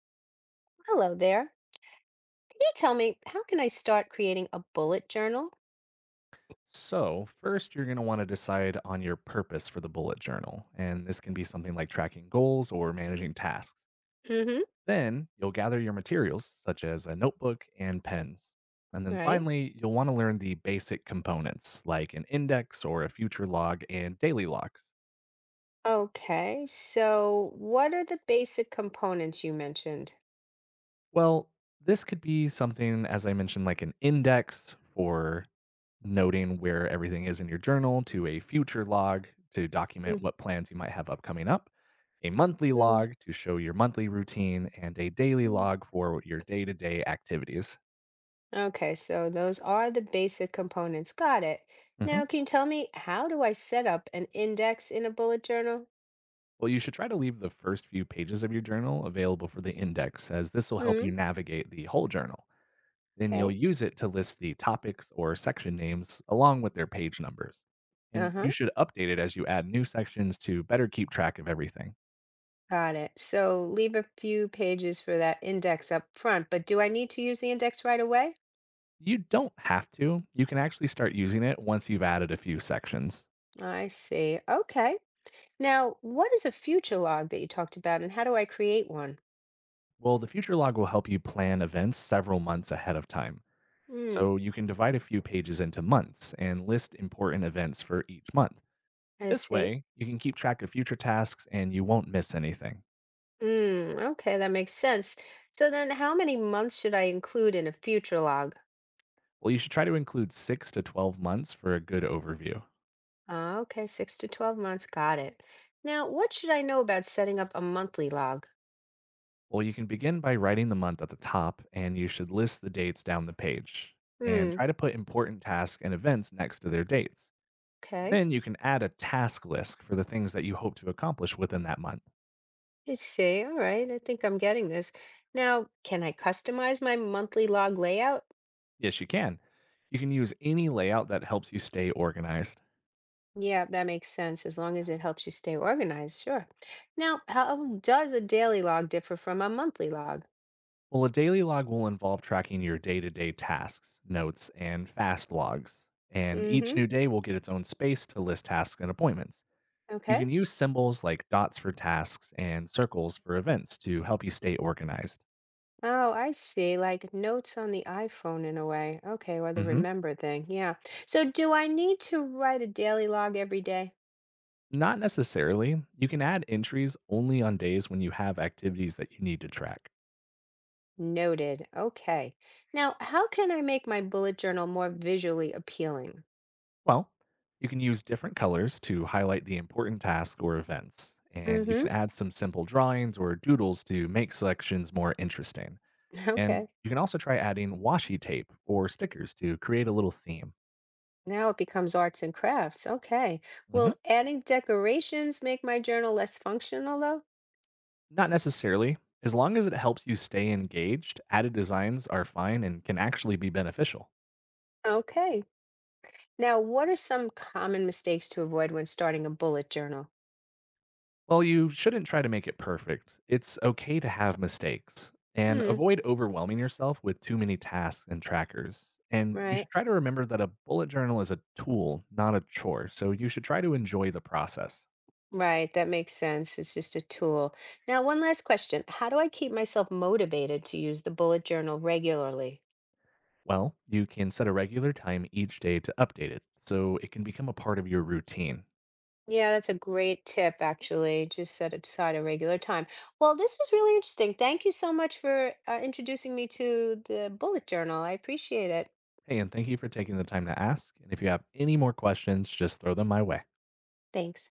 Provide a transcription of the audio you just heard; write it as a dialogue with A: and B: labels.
A: Hello there. Can you tell me how can I start creating a bullet journal?
B: So, first, you're going to want to decide on your purpose for the bullet journal, and this can be something like tracking goals or managing tasks.
A: Mm-hmm.
B: Then, you'll gather your materials, such as a notebook and pens. And then
A: Right.
B: finally, you'll want to learn the basic components, like an index or a future log and daily logs.
A: Okay, so what are the basic components you mentioned?
B: Well, this could be something, as I mentioned, like an index for noting where everything is in your journal, to a future log to document what plans you might have upcoming up, a monthly
A: Mm-hmm.
B: log to show your monthly routine, and a daily log for your day to day activities.
A: Okay, so those are the basic components. Got it.
B: Mhm.
A: Now, can you tell me how do I set up an index in a bullet journal?
B: Well, you should try to leave the first few pages of your journal available for the index, as this will help you
A: Hmm.
B: navigate the whole journal. Then you'll
A: Okay,
B: use it to list the topics or section names along with their page numbers. And you
A: uh-huh,
B: should update it as you add new sections to better keep track of everything.
A: got it. So leave a few pages for that index up front, but do I need to use the index right away?
B: You don't have to. You can actually start using it once you've added a few sections.
A: I see. Okay. Now, what is a future log that you talked about, and how do I create one?
B: Well, the future log will help you plan events several months ahead of time.
A: Hmm,
B: So you can divide a few pages into months and list important events for each month.
A: I
B: This
A: see.
B: way, you can keep track of future tasks and you won't miss anything.
A: Hmm, okay, that makes sense. So then, how many months should I include in a future log?
B: Well, you should try to include 6 to 12 months for a good overview.
A: Ah, okay, six to 12 months. Got it. Now, what should I know about setting up a monthly log?
B: Well, you can begin by writing the month at the top and you should list the dates down the page and
A: Hmm,
B: try to put important tasks and events next to their dates.
A: okay,
B: Then you can add a task list for the things that you hope to accomplish within that month.
A: I see. All right, I think I'm getting this. Now, can I customize my monthly log layout?
B: Yes, you can. You can use any layout that helps you stay organized.
A: Yeah, that makes sense as long as it helps you stay organized, sure. Now, how does a daily log differ from a monthly log?
B: Well, a daily log will involve tracking your day to day tasks, notes, and fast logs. And each
A: Mm-hmm.
B: new day will get its own space to list tasks and appointments. You
A: Okay.
B: can use symbols like dots for tasks and circles for events to help you stay organized.
A: Oh, I see. Like notes on the iPhone in a way. Okay, or the
B: Hmm.
A: remember thing. Yeah. So do I need to write a daily log every day?
B: Not necessarily. You can add entries only on days when you have activities that you need to track.
A: Noted. Okay. Now, how can I make my bullet journal more visually appealing?
B: Well, you can use different colors to highlight the important tasks or events, and you
A: Mm-hmm.
B: can add some simple drawings or doodles to make selections more interesting. And
A: Okay.
B: you can also try adding washi tape or stickers to create a little theme.
A: Now it becomes arts and crafts. Okay.
B: Mhm.
A: Will adding decorations make my journal less functional though?
B: Not necessarily. As long as it helps you stay engaged, added designs are fine and can actually be beneficial.
A: Okay. Now, what are some common mistakes to avoid when starting a bullet journal?
B: Well, you shouldn't try to make it perfect. It's okay to have mistakes and
A: Hmm.
B: avoid overwhelming yourself with too many tasks and trackers. And you
A: Right.
B: should try to remember that a bullet journal is a tool, not a chore. So you should try to enjoy the process.
A: Right. That makes sense. It's just a tool. Now, one last question. How do I keep myself motivated to use the bullet journal regularly?
B: Well, you can set a regular time each day to update it so it can become a part of your routine.
A: Yeah, that's a great tip, actually. Just set aside a regular time. Well, this was really interesting. Thank you so much for introducing me to the bullet journal. I appreciate it.
B: Hey, and thank you for taking the time to ask. And if you have any more questions, just throw them my way.
A: Thanks.